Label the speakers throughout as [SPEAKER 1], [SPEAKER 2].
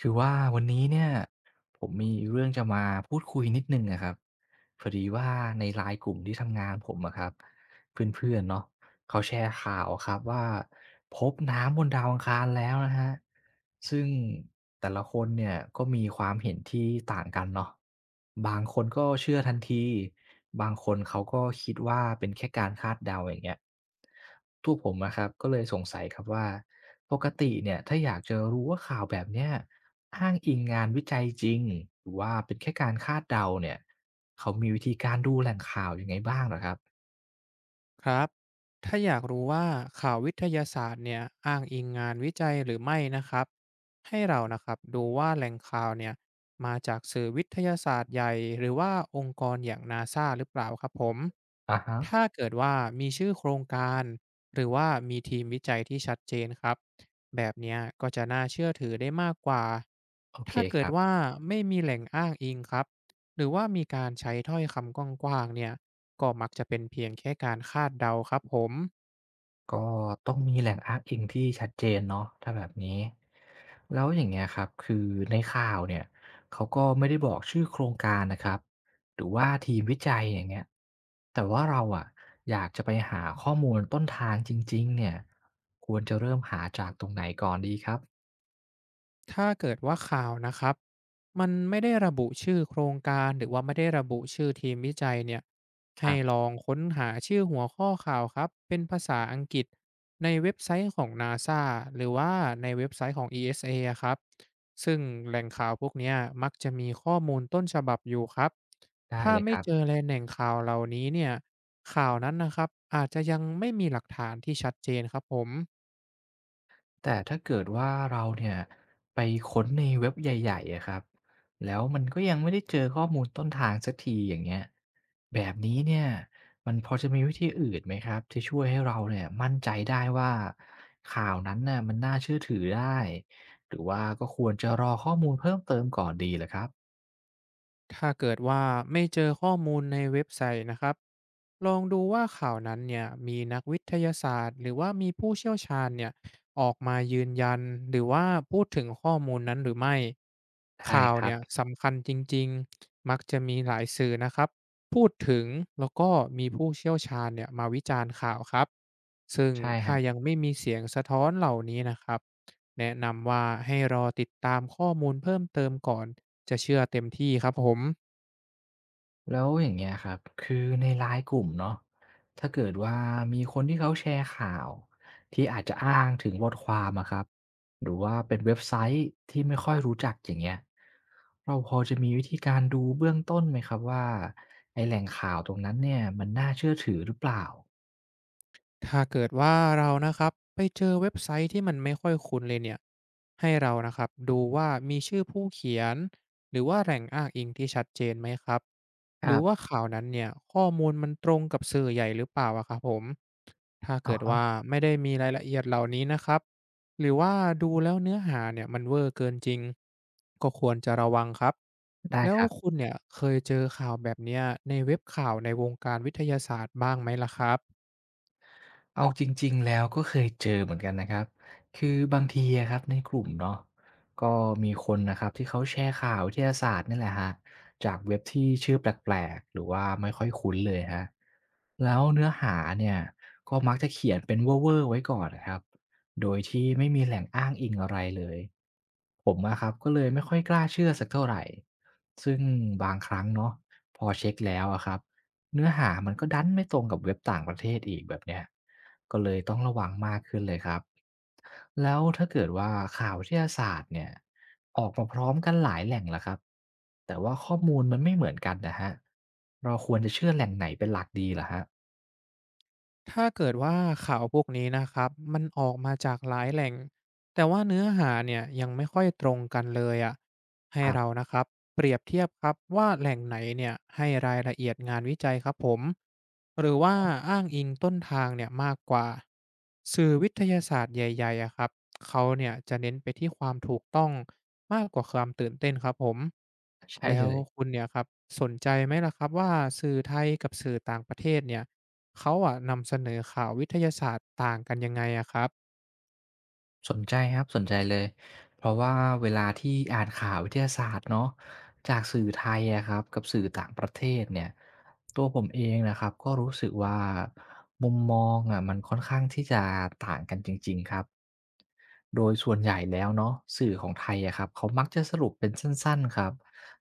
[SPEAKER 1] คือว่าวันนี้เนี่ยผมมีเรื่องจะมาพูดคุยนิดหนึ่งอะครับพอดีว่าในไลน์กลุ่มที่ทำงานผมอะครับเพื่อนๆเนาะเขาแชร์ข่าวอะครับว่าพบน้ำบนดาวอังคารแล้วนะครับซึ่งแต่ละคนเนี่ยก็มีความเห็นที่ต่างกันเนาะบางคนก็เชื่อทันทีบางคนเขาก็คิดว่าเป็นแค่การคาดเดาอย่างเงี้ยตัวผมอะครับก็เลยสงสัยครับว่าปกติเนี่ยถ้าอยากจะรู้ว่าข่าวแบบเนี้ย อ้างอิงงานวิจัยจริงหรือว่าเป็นแค่การคาดเดาเนี่ยเขามีวิธีการดูแหล่งข่าวยังไงบ้างเหรอครับ
[SPEAKER 2] ครับถ้าอยากรู้ว่าข่าววิทยาศาสตร์เนี่ยอ้างอิงงานวิจัยหรือไม่นะครับให้เรานะครับดูว่าแหล่งข่าวเนี่ยมาจากสื่อวิทยาศาสตร์ใหญ่หรือว่าองค์กรอย่างนาซาหรือเปล่าครับผม
[SPEAKER 1] อะฮะ
[SPEAKER 2] ถ้าเกิดว่ามีชื่อโครงการหรือว่ามีทีมวิจัยที่ชัดเจนครับแบบเนี้ยก็จะน่าเชื่อถือได้มากกว่า
[SPEAKER 1] โอเค
[SPEAKER 2] ถ้า
[SPEAKER 1] ค
[SPEAKER 2] เกิด
[SPEAKER 1] รับ
[SPEAKER 2] ว่าไม่มีแหล่งอ้างอิงครับ หรือว่ามีการใช้ถ้อยคำกว้างๆเนี่ยก็มักจะเป็นเพียงแค่การคาดเดาครับผม
[SPEAKER 1] ก็ต้องมีแหล่งอ้างอิงที่ชัดเจนเนาะถ้าแบบนี้แล้วอย่างเงี้ยครับคือในข่าวเนี่ยเขาก็ไม่ได้บอกชื่อโครงการนะครับหรือว่าทีมวิจัยอย่างเงี้ยแต่ว่าเราอะอยากจะไปหาข้อมูลต้นทางจริงๆเนี่ยควรจะเริ่มหาจากตรงไหนก่อนดีครับ
[SPEAKER 2] ถ้าเกิดว่าข่าวนะครับมันไม่ได้ระบุชื่อโครงการหรือว่าไม่ได้ระบุชื่อทีมวิจัยเนี่ย
[SPEAKER 1] ค
[SPEAKER 2] ให้
[SPEAKER 1] รั
[SPEAKER 2] ล
[SPEAKER 1] บ
[SPEAKER 2] องค้นหาชื่อหัวข้อข่าวครับเป็นภาษาอังกฤษในเว็บไซต์ของ NASA หรือว่าในเว็บไซต์ของ ESA อสเออะครับซึ่งแหล่งข่าวพวกเนี้ยมักจะมีข้อมูลต้นฉบับอยู่ครับ
[SPEAKER 1] ได้
[SPEAKER 2] ถ้า
[SPEAKER 1] เลยค
[SPEAKER 2] ไม่
[SPEAKER 1] รับ
[SPEAKER 2] เจอแหล่งข่าวเหล่านี้เนี่ยข่าวนั้นนะครับอาจจะยังไม่มีหลักฐานที่ชัดเจนครับผม
[SPEAKER 1] แต่ถ้าเกิดว่าเราเนี่ยไปค้นในเว็บใหญ่ๆอะครับแล้วมันก็ยังไม่ได้เจอข้อมูลต้นทางสักทีอย่างเงี้ยแบบนี้เนี่ยมันพอจะมีวิธีอื่นไหมครับที่ช่วยให้เราเนี่ยมั่นใจได้ว่าข่าวนั้นน่ะมันน่าเชื่อถือได้หรือว่าก็ควรจะรอข้อมูลเพิ่มเติมก่อนดีเหรอครับ
[SPEAKER 2] ถ้าเกิดว่าไม่เจอข้อมูลในเว็บไซต์นะครับลองดูว่าข่าวนั้นเนี่ยมีนักวิทยาศาสตร์หรือว่ามีผู้เชี่ยวชาญเนี่ยออกมายืนยันหรือว่าพูดถึงข้อมูลนั้นหรือไม่
[SPEAKER 1] ใช่
[SPEAKER 2] ข่าว
[SPEAKER 1] ครั
[SPEAKER 2] เนี่
[SPEAKER 1] บ
[SPEAKER 2] ยสำคัญจริงๆมักจะมีหลายสื่อนะครับพูดถึงแล้วก็มีผู้เชี่ยวชาญเนี่ยมาวิจารณ์ข่าวครับซึ่ง
[SPEAKER 1] ใช่ค
[SPEAKER 2] ถ้า
[SPEAKER 1] รั
[SPEAKER 2] ยั
[SPEAKER 1] บ
[SPEAKER 2] งไม่มีเสียงสะท้อนเหล่านี้นะครับแนะนำว่าให้รอติดตามข้อมูลเพิ่มเติมก่อน จะเชื่อเต็มที่ครับผม
[SPEAKER 1] แล้วอย่างเงี้ยครับคือในรายกลุ่มเนาะถ้าเกิดว่ามีคนที่เขาแชร์ข่าวที่อาจจะอ้างถึงบทความอะครับหรือว่าเป็นเว็บไซต์ที่ไม่ค่อยรู้จักอย่างเงี้ยเราพอจะมีวิธีการดูเบื้องต้นไหมครับว่าไอ้แหล่งข่าวตรงนั้นเนี่ยมันน่าเชื่อถือหรือเปล่า
[SPEAKER 2] ถ้าเกิดว่าเรานะครับไปเจอเว็บไซต์ที่มันไม่ค่อยคุ้นเลยเนี่ยให้เรานะครับดูว่ามีชื่อผู้เขียนหรือว่าแหล่งอ้างอิงที่ชัดเจนไหมครับ
[SPEAKER 1] ค
[SPEAKER 2] หรื
[SPEAKER 1] รั
[SPEAKER 2] อว่า
[SPEAKER 1] บ
[SPEAKER 2] ข่าวนั้นเนี่ยข้อมูลมันตรงกับสื่อใหญ่หรือเปล่าอะครับผมถ้าเกิดว่า
[SPEAKER 1] อ
[SPEAKER 2] ไม่ได้มีรายละเอียดเหล่านี้นะครับหรือว่าดูแล้วเนื้อหาเนี่ยมันเวอร์เกินจริงก็ควรจะระวังครับ
[SPEAKER 1] อได้
[SPEAKER 2] แล้ว
[SPEAKER 1] ครับ
[SPEAKER 2] คุณเนี่ยเคยเจอข่าวแบบเนี้ยในเว็บข่าวในวงการวิทยาศาสตร์บ้างไหมล่ะครับ
[SPEAKER 1] เอาจริงๆแล้วก็เคยเจอเหมือนกันนะครับคือบางทีอะครับในกลุ่มเนาะก็มีคนนะครับที่เขาแชร์ข่าววิทยาศาสตร์นี่แหละฮรจากเว็บที่ชื่อแปลกๆหรือว่าไม่ค่อยคุ้นเลยฮะแล้วเนื้อหาเนี่ยก็มักจะเขียนเป็นเว่อร์ๆไว้ก่อนนะครับโดยที่ไม่มีแหล่งอ้างอิงอะไรเลยผมอะครับก็เลยไม่ค่อยกล้าเชื่อสักเท่าไหรซึ่งบางครั้งเนาะพอเช็กแล้วอะครับเนื้อหามันก็ดันไม่ตรงกับเว็บต่างประเทศอีกแบบเนี้ย ก็เลยต้องระวังมากขึ้นเลยครับแล้วถ้าเกิดว่าข่าววิทยาศาสตร์เนี่ยออกมาพร้อมกันหลายแหล่งล้ะครับแต่ว่าข้อมูลมันไม่เหมือนกันนะฮะเราควรจะเชื่อแหล่งไหนเป็นหลักดีล่ะฮะ
[SPEAKER 2] ถ้าเกิดว่าข่าวพวกนี้นะครับมันออกมาจากหลายแหล่งแต่ว่าเนื้อหาเนี่ยยังไม่ค่อยตรงกันเลยอะ ให้
[SPEAKER 1] ครั
[SPEAKER 2] เรา
[SPEAKER 1] บ
[SPEAKER 2] นะครับเปรียบเทียบครับว่าแหล่งไหนเนี่ยให้รายละเอียดงานวิจัยครับผมหรือว่าอ้างอิงต้นทางเนี่ยมากกว่าสื่อวิทยาศาสตร์ใหญ่ๆอะครับเขาเนี่ยจะเน้นไปที่ความถูกต้องมากกว่าความตื่นเต้นครับผม
[SPEAKER 1] ใช่
[SPEAKER 2] แล้
[SPEAKER 1] เล
[SPEAKER 2] ว
[SPEAKER 1] ย
[SPEAKER 2] คุณเนี่ยครับสนใจไหมล่ะครับว่าสื่อไทยกับสื่อต่างประเทศเนี่ยเขาอะนำเสนอข่าววิทยาศาสตร์ต่างกันยังไงอะครับ
[SPEAKER 1] สนใจครับสนใจเลยเพราะว่าเวลาที่อ่านข่าววิทยาศาสตร์เนาะจากสื่อไทยอะครับกับสื่อต่างประเทศเนี่ยตัวผมเองนะครับก็รู้สึกว่ามุมมองอะมันค่อนข้างที่จะต่างกันจริงๆครับโดยส่วนใหญ่แล้วเนาะสื่อของไทยอะครับเขามักจะสรุปเป็นสั้นๆครับ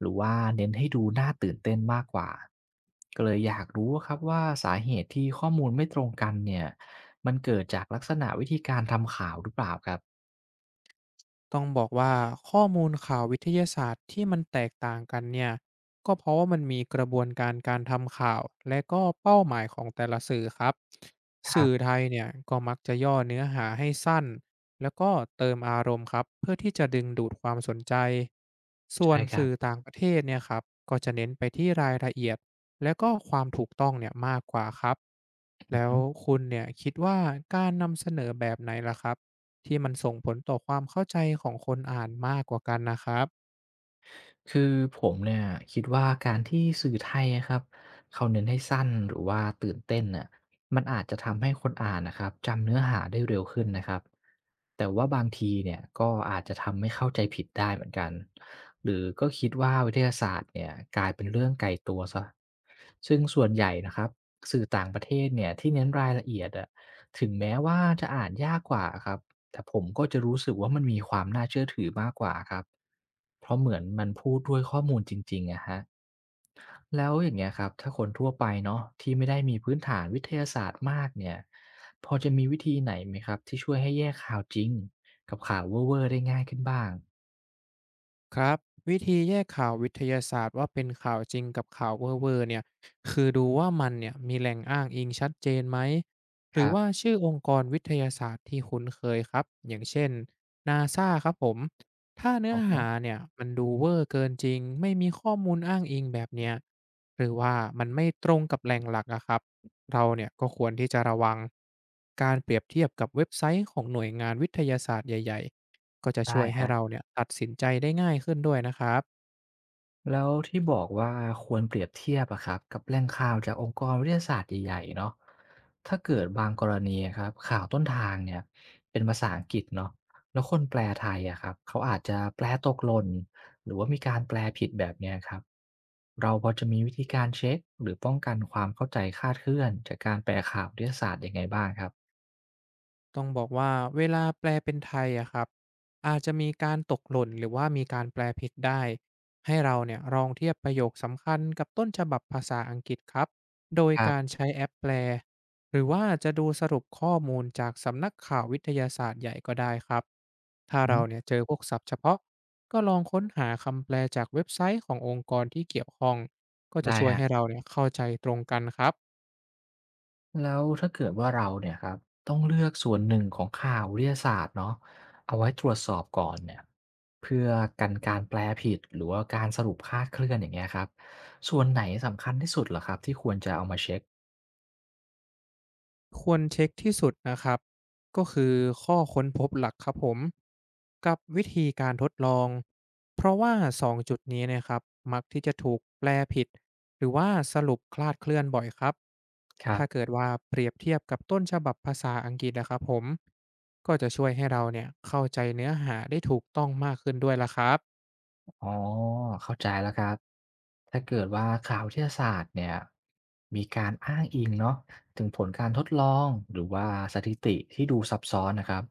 [SPEAKER 1] หรือว่าเน้นให้ดูน่าตื่นเต้นมากกว่าก็เลยอยากรู้ครับว่าสาเหตุที่ข้อมูลไม่ตรงกันเนี่ยมันเกิดจากลักษณะวิธีการทำข่าวหรือเปล่าครับ
[SPEAKER 2] ต้องบอกว่าข้อมูลข่าววิทยาศาสตร์ที่มันแตกต่างกันเนี่ยก็เพราะว่ามันมีกระบวนการการทำข่าวและก็เป้าหมายของแต่ละสื่อครับ
[SPEAKER 1] ครั
[SPEAKER 2] สื่อ
[SPEAKER 1] บ
[SPEAKER 2] ไทยเนี่ยก็มักจะย่อเนื้อหาให้สั้นแล้วก็เติมอารมณ์ครับเพื่อที่จะดึงดูดความสนใจส่ว
[SPEAKER 1] ใช่
[SPEAKER 2] น
[SPEAKER 1] ครับ
[SPEAKER 2] สื่อต่างประเทศเนี่ยครับก็จะเน้นไปที่รายละเอียดและก็ความถูกต้องเนี่ยมากกว่าครับ
[SPEAKER 1] อือ
[SPEAKER 2] แล้ว
[SPEAKER 1] ฮึ
[SPEAKER 2] คุณเนี่ยคิดว่าการนำเสนอแบบไหนล่ะครับ ที่มันส่งผลต่อความเข้าใจของคนอ่านมากกว่ากันนะครับ
[SPEAKER 1] คือผมเนี่ยคิดว่าการที่สื่อไทยอะครับเขาเน้นให้สั้นหรือว่าตื่นเต้นน่ะมันอาจจะทำให้คนอ่านน่ะครับจำเนื้อหาได้เร็วขึ้นนะครับแต่ว่าบางทีเนี่ยก็อาจจะทำให้เข้าใจผิดได้เหมือนกันหรือก็คิดว่าวิทยาศาสตร์เนี่ยกลายเป็นเรื่องไกลตัวเสียซึ่งส่วนใหญ่นะครับสื่อต่างประเทศเนี่ยที่เน้นรายละเอียดอะถึงแม้ว่าจะอ่านยากกว่าอะครับ แต่ผมก็จะรู้สึกว่ามันมีความน่าเชื่อถือมากกว่าครับ เพราะเหมือนมันพูดด้วยข้อมูลจริงๆอะฮะ แล้วอย่างเงี้ยครับถ้าคนทั่วไปเนาะที่ไม่ได้มีพื้นฐานวิทยาศาสตร์มากเนี่ยพอจะมีวิธีไหนไหมครับที่ช่วยให้แยกข่าวจริงกับข่าวเว่อร์ๆได้ง่ายขึ้นบ้าง
[SPEAKER 2] ครับวิธีแยกข่าววิทยาศาสตร์ว่าเป็นข่าวจริงกับข่าวเว่อร์ๆเนี่ยคือดูว่ามันเนี่ยมีแหล่งอ้างอิงชัดเจนไหมห
[SPEAKER 1] ค
[SPEAKER 2] รือ
[SPEAKER 1] รั
[SPEAKER 2] ว่า
[SPEAKER 1] บ
[SPEAKER 2] ชื่อองค์กรวิทยาศาสตร์ที่คุ้นเคยครับอย่างเช่นนาซาครับผมถ้าเนื้
[SPEAKER 1] อ๋
[SPEAKER 2] อ
[SPEAKER 1] อ
[SPEAKER 2] หา
[SPEAKER 1] ฮ
[SPEAKER 2] เนี่ยมันดูเวอร์เกินจริงไม่มีข้อมูลอ้างอิงแบบเนี้ยหรือว่ามันไม่ตรงกับแหล่งหลักอะครับเราเนี่ยก็ควรที่จะระวังการเปรียบเทียบกับเว็บไซต์ของหน่วยงานวิทยาศาสตร์ใหญ่ๆ ก็จะช่
[SPEAKER 1] ได้
[SPEAKER 2] วยให้
[SPEAKER 1] ฮะ
[SPEAKER 2] เราเนี่ยตัดสินใจได้ง่ายขึ้นด้วยนะครับ
[SPEAKER 1] แล้วที่บอกว่าควรเปรียบเทียบอะครับกับแหล่งข่าวจากองค์กรวิทยาศาสตร์ใหญ่ๆเนาะถ้าเกิดบางกรณีอะครับข่าวต้นทางเนี่ยเป็นภาษาอังกฤษเนาะแล้วคนแปลไทยอะครับเขาอาจจะแปลตกหล่นหรือว่ามีการแปลผิดแบบเนี้ยครับเราพอจะมีวิธีการเช็คหรือป้องกันความเข้าใจคลาดเคลื่อนจากการแปลข่าววิทยาศาสตร์ยังไงบ้างครับ
[SPEAKER 2] ต้องบอกว่าเวลาแปลเป็นไทยอะครับอาจจะมีการตกหล่นหรือว่ามีการแปลผิดได้ ให้เราเนี่ยลองเทียบประโยคสำคัญกับต้นฉบับภาษาอังกฤษครับ โดย
[SPEAKER 1] ครั
[SPEAKER 2] การ
[SPEAKER 1] บ
[SPEAKER 2] ใช้แอปแปลหรือว่าจะดูสรุปข้อมูลจากสำนักข่าววิทยาศาสตร์ใหญ่ก็ได้ครับ ถ้า
[SPEAKER 1] อื
[SPEAKER 2] เรา
[SPEAKER 1] ม
[SPEAKER 2] เนี่ยเจอพวกศัพท์เฉพาะก็ลองค้นหาคำแปลจากเว็บไซต์ขององค์กรที่เกี่ยวข้องก็จะ
[SPEAKER 1] ได้
[SPEAKER 2] ช่วย
[SPEAKER 1] ฮะ
[SPEAKER 2] ให้เราเนี่ยเข้าใจตรงกันครับ
[SPEAKER 1] แล้วถ้าเกิดว่าเราเนี่ยครับต้องเลือกส่วนหนึ่งของข่าววิทยาศาสตร์เนาะเอาไว้ตรวจสอบก่อนเนี่ยเพื่อกันการแปลผิดหรือว่าการสรุปคลาดเคลื่อนอย่างเงี้ยครับส่วนไหนสำคัญที่สุดเหรอครับที่ควรจะเอามาเช็ค
[SPEAKER 2] ควรเช็กที่สุดนะครับก็คือข้อค้นพบหลักครับผมกับวิธีการทดลองเพราะว่า2จุดนี้เนะครับมักที่จะถูกแปลผิดหรือว่าสรุปคลาดเคลื่อนบ่อยครับ
[SPEAKER 1] ครั
[SPEAKER 2] ถ้าเกิ
[SPEAKER 1] บ
[SPEAKER 2] ดว่าเปรียบเทียบกับต้นฉบับภาษาอังกฤษนะครับผมก็จะช่วยให้เราเนี่ยเข้าใจเนื้อหาได้ถูกต้องมากขึ้นด้วยล่ะครับ
[SPEAKER 1] อ๋อเข้าใจแล้วครับถ้าเกิดว่าข่าววิทยาศาสตร์เนี่ยมีการอ้างอิงเนาะถึงผลการทดลองหรือว่าสถิติที่ดูซับซ้อนนะครับ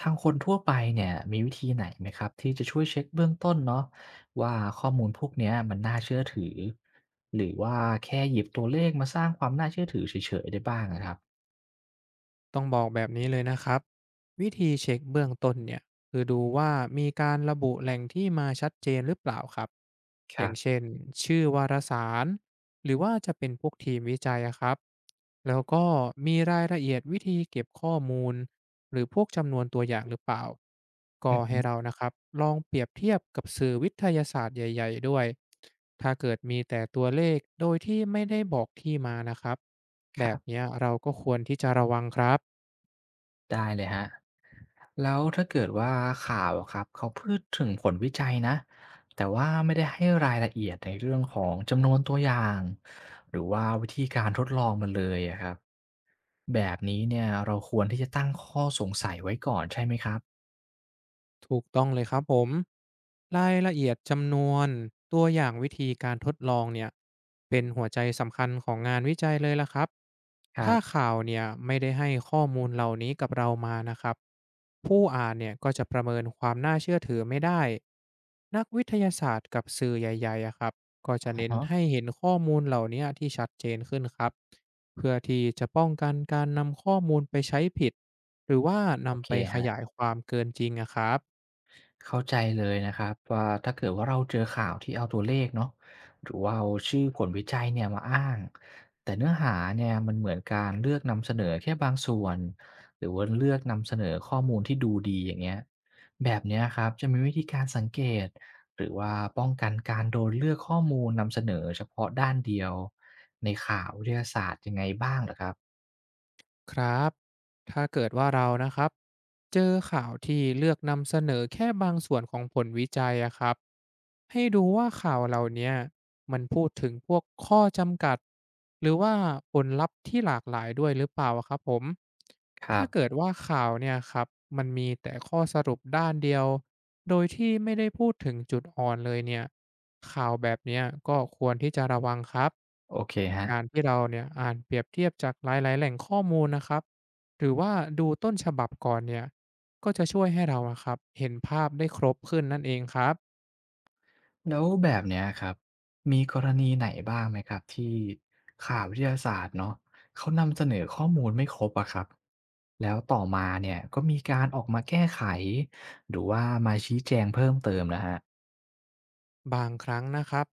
[SPEAKER 1] ทางคนทั่วไปเนี่ยมีวิธีไหนไหมครับที่จะช่วยเช็คเบื้องต้นเนาะว่าข้อมูลพวกเนี้ยมันน่าเชื่อถือหรือว่าแค่หยิบตัวเลขมาสร้างความน่าเชื่อถือเฉยๆได้บ้างนะครับ
[SPEAKER 2] ต้องบอกแบบนี้เลยนะครับวิธีเช็คเบื้องต้นเนี่ย คือดูว่ามีการระบุแหล่งที่มาชัดเจนหรือเปล่าครับ
[SPEAKER 1] ค
[SPEAKER 2] อ
[SPEAKER 1] รั
[SPEAKER 2] ย่าง
[SPEAKER 1] บ
[SPEAKER 2] เช่นชื่อวารสารหรือว่าจะเป็นพวกทีมวิจัยอะครับแล้วก็มีรายละเอียดวิธีเก็บข้อมูลหรือพวกจำนวนตัวอย่างหรือเปล่า ก็
[SPEAKER 1] อือฮึ
[SPEAKER 2] ให้เรานะครับลองเปรียบเทียบกับสื่อวิทยาศาสตร์ใหญ่ๆด้วย ถ้าเกิดมีแต่ตัวเลขโดยที่ไม่ได้บอกที่มานะครับ
[SPEAKER 1] ค
[SPEAKER 2] แบ
[SPEAKER 1] รั
[SPEAKER 2] บ
[SPEAKER 1] บ
[SPEAKER 2] เนี้ยเราก็ควรที่จะระวังครับ
[SPEAKER 1] ได้เลยครับแล้วถ้าเกิดว่าข่าวอะครับเขาพูดถึงผลวิจัยนะแต่ว่าไม่ได้ให้รายละเอียดในเรื่องของจำนวนตัวอย่างหรือว่าวิธีการทดลองมันเลยอะครับแบบนี้เนี่ยเราควรที่จะตั้งข้อสงสัยไว้ก่อนใช่ไหมครับ
[SPEAKER 2] ถูกต้องเลยครับผมรายละเอียดจำนวนตัวอย่างวิธีการทดลองเนี่ยเป็นหัวใจสำคัญของงานวิจัยเลยล่ะครับ
[SPEAKER 1] ครั
[SPEAKER 2] ถ้า
[SPEAKER 1] บ
[SPEAKER 2] ข่าวเนี่ยไม่ได้ให้ข้อมูลเหล่านี้กับเรามานะครับผู้อ่านเนี่ยก็จะประเมินความน่าเชื่อถือไม่ได้นักวิทยาศาสตร์กับสื่อใหญ่ๆอะครับก็จะ
[SPEAKER 1] อะ
[SPEAKER 2] เน้น
[SPEAKER 1] ฮะ
[SPEAKER 2] ให้เห็นข้อมูลเหล่านี้ที่ชัดเจนขึ้นครับเพื่อที่จะป้องกันการนำข้อมูลไปใช้ผิดหรือว่า
[SPEAKER 1] โอ
[SPEAKER 2] นำ
[SPEAKER 1] เค
[SPEAKER 2] ไปข
[SPEAKER 1] ครั
[SPEAKER 2] ยา
[SPEAKER 1] บ
[SPEAKER 2] ยความเกินจริงอะครับ
[SPEAKER 1] เข้าใจเลยนะครับว่าถ้าเกิดว่าเราเจอข่าวที่เอาตัวเลขเนาะหรือว่าเอาชื่อผลวิจัยเนี่ยมาอ้างแต่เนื้อหาเนี่ยมันเหมือนการเลือกนำเสนอแค่บางส่วนหรือว่าเลือกนำเสนอข้อมูลที่ดูดีอย่างเงี้ยแบบเนี้ยครับจะมีวิธีการสังเกตหรือว่าป้องกันการโดนเลือกข้อมูลนำเสนอเฉพาะด้านเดียวในข่าววิทยาศาสตร์ยังไงบ้างเหรอครับ
[SPEAKER 2] ครับ ถ้าเกิดว่าเรานะครับเจอข่าวที่เลือกนำเสนอแค่บางส่วนของผลวิจัยอะครับให้ดูว่าข่าวเหล่าเนี้ยมันพูดถึงพวกข้อจำกัดหรือว่าผลลัพธ์ที่หลากหลายด้วยหรือเปล่าอะครับผม
[SPEAKER 1] ครั
[SPEAKER 2] ถ้า
[SPEAKER 1] บ
[SPEAKER 2] เกิดว่าข่าวเนี่ยครับมันมีแต่ข้อสรุปด้านเดียวโดยที่ไม่ได้พูดถึงจุดอ่อนเลยเนี่ยข่าวแบบเนี้ยก็ควรที่จะระวังครับ
[SPEAKER 1] โอเคฮะ
[SPEAKER 2] การที่เราเนี่ยอ่านเปรียบเทียบจากหลายๆแหล่งข้อมูลนะครับหรือว่าดูต้นฉบับก่อนเนี่ยก็จะช่วยให้เราอะครับเห็นภาพได้ครบขึ้นนั่นเองครับ
[SPEAKER 1] แล้วแบบเนี้ยครับมีกรณีไหนบ้างไหมครับที่ข่าววิทยาศาสตร์เนาะเขานำเสนอข้อมูลไม่ครบอะครับแล้วต่อมาเนี่ยก็มีการออกมาแก้ไขหรือว่ามาชี้แจงเพิ่มเติมนะฮะ
[SPEAKER 2] บางครั้งนะครับ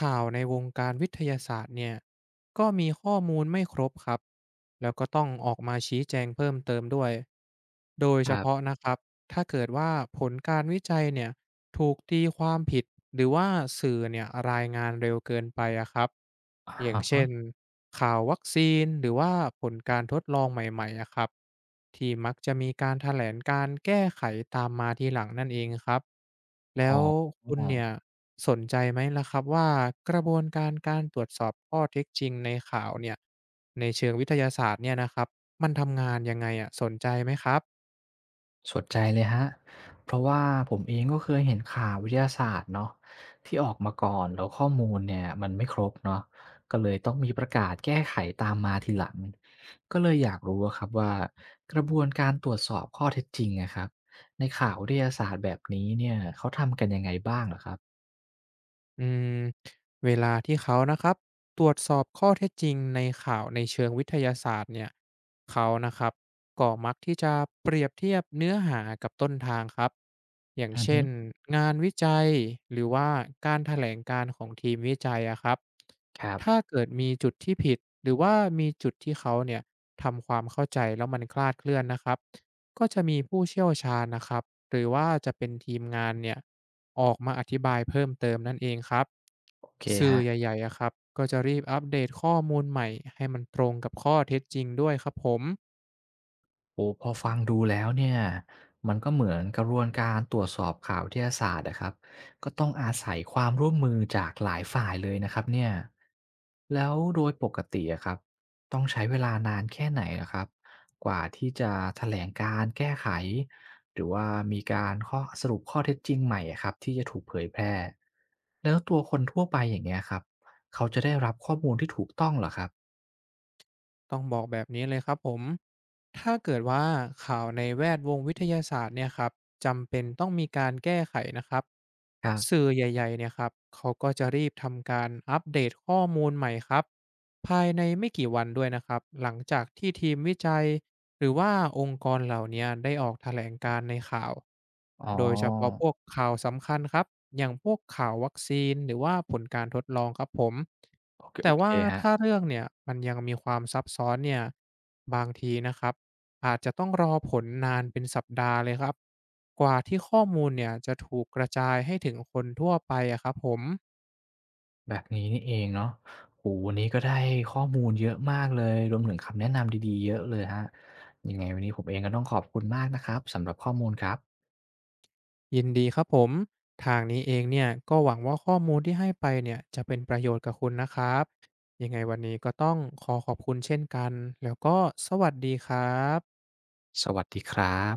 [SPEAKER 2] ข่าวในวงการวิทยาศาสตร์เนี่ยก็มีข้อมูลไม่ครบครับแล้วก็ต้องออกมาชี้แจงเพิ่มเติมด้วยโดย
[SPEAKER 1] ค
[SPEAKER 2] เฉ
[SPEAKER 1] รั
[SPEAKER 2] พาะ
[SPEAKER 1] บ
[SPEAKER 2] นะครับ ถ้าเกิดว่าผลการวิจัยเนี่ยถูกตีความผิดหรือว่าสื่อเนี่ยรายงานเร็วเกินไปอะครับอย่าง
[SPEAKER 1] อะ
[SPEAKER 2] เช่
[SPEAKER 1] ฮะ
[SPEAKER 2] นข่าววัคซีนหรือว่าผลการทดลองใหม่ๆอะครับที่มักจะมีการแถลงการแก้ไขตามมาทีหลังนั่นเองครับ
[SPEAKER 1] อ๋
[SPEAKER 2] แล้
[SPEAKER 1] อ
[SPEAKER 2] วคุณเนี่ยสนใจไหมล่ะครับว่ากระบวนการการตรวจสอบข้อเท็จจริงในข่าวเนี่ยในเชิงวิทยาศาสตร์เนี่ยนะครับมันทำงานยังไงอะสนใจไหมครับ
[SPEAKER 1] สนใจเลยครับเพราะว่าผมเองก็เคยเห็นข่าววิทยาศาสตร์เนาะที่ออกมาก่อนแล้วข้อมูลเนี่ยมันไม่ครบเนาะก็เลยต้องมีประกาศแก้ไขตามมาทีหลังก็เลยอยากรู้อะครับว่ากระบวนการตรวจสอบข้อเท็จจริงนะครับในข่าววิทยาศาสตร์แบบนี้เนี่ยเขาทำกันยังไงบ้างเหรอครับ
[SPEAKER 2] อืมเวลาที่เขานะครับตรวจสอบข้อเท็จจริงในข่าวในเชิงวิทยาศาสตร์เนี่ยเขานะครับก็มักที่จะเปรียบเทียบเนื้อหากับต้นทางครับอย่าง
[SPEAKER 1] อือ
[SPEAKER 2] เช่
[SPEAKER 1] ฮึ
[SPEAKER 2] นงานวิจัยหรือว่าการแถลงการของทีมวิจัยอะครับ
[SPEAKER 1] ครับ
[SPEAKER 2] ถ้าเกิดมีจุดที่ผิดหรือว่ามีจุดที่เขาเนี่ยทำความเข้าใจแล้วมันคลาดเคลื่อนนะครับก็จะมีผู้เชี่ยวชาญนะครับหรือว่าจะเป็นทีมงานเนี่ย ออกมาอธิบายเพิ่มเติมนั่นเองครับ
[SPEAKER 1] โอเคค
[SPEAKER 2] สื่อ
[SPEAKER 1] รับ
[SPEAKER 2] ใหญ่ๆอะครับก็จะรีบอัปเดตข้อมูลใหม่ให้มันตรงกับข้อเท็จจริงด้วยครับผม
[SPEAKER 1] โอ้พอฟังดูแล้วเนี่ยมันก็เหมือนกระบวนการตรวจสอบข่าววิทยาศาสตร์นะครับก็ต้องอาศัยความร่วมมือจากหลายฝ่ายเลยนะครับเนี่ยแล้วโดยปกติอะครับต้องใช้เวลานานแค่ไหนนะครับกว่าที่จะแถลงการแก้ไขหรือว่ามีการข้อสรุปข้อเท็จจริงใหม่อะครับที่จะถูกเผยแพร่แล้วตัวคนทั่วไปอย่างเงี้ยครับเขาจะได้รับข้อมูลที่ถูกต้องเหรอครับ
[SPEAKER 2] ต้องบอกแบบนี้เลยครับผมถ้าเกิดว่าข่าวในแวดวงวิทยาศาสตร์เนี่ยครับจำเป็นต้องมีการแก้ไขนะครับ
[SPEAKER 1] ครั
[SPEAKER 2] สื่
[SPEAKER 1] บ
[SPEAKER 2] อใหญ่ๆเนี่ยครับเขาก็จะรีบทำการอัปเดตข้อมูลใหม่ครับภายในไม่กี่วันด้วยนะครับหลังจากที่ทีมวิจัย หรือว่าองค์กรเหล่าเนี้ยได้ออกแถลงการณ์ในข่าว
[SPEAKER 1] อ๋อ
[SPEAKER 2] โดยเฉพาะพวกข่าวสำคัญครับ อย่างพวกข่าววัคซีนหรือว่าผลการทดลองครับผม
[SPEAKER 1] โอเค
[SPEAKER 2] แต่
[SPEAKER 1] โอเค
[SPEAKER 2] ว่า
[SPEAKER 1] ฮะ
[SPEAKER 2] ถ้าเรื่องเนี่ยมันยังมีความซับซ้อนเนี่ยบางทีนะครับอาจจะต้องรอผลนานเป็นสัปดาห์เลยครับกว่าที่ข้อมูลเนี่ยจะถูกกระจายให้ถึงคนทั่วไปอะครับผม
[SPEAKER 1] แบบนี้นี่เองเนาะโอ้โฮวันนี้ก็ได้ข้อมูลเยอะมากเลย รวมถึงคำแนะนำดีๆเยอะเลยครับยังไงวันนี้ผมเองก็ต้องขอบคุณมากนะครับสำหรับข้อมูลครับ
[SPEAKER 2] ยินดีครับผมทางนี้เองเนี่ยก็หวังว่าข้อมูลที่ให้ไปเนี่ยจะเป็นประโยชน์กับคุณนะครับยังไงวันนี้ก็ต้องขอขอบคุณเช่นกันแล้วก็สวัสดีครับ
[SPEAKER 1] สวัสดีครับ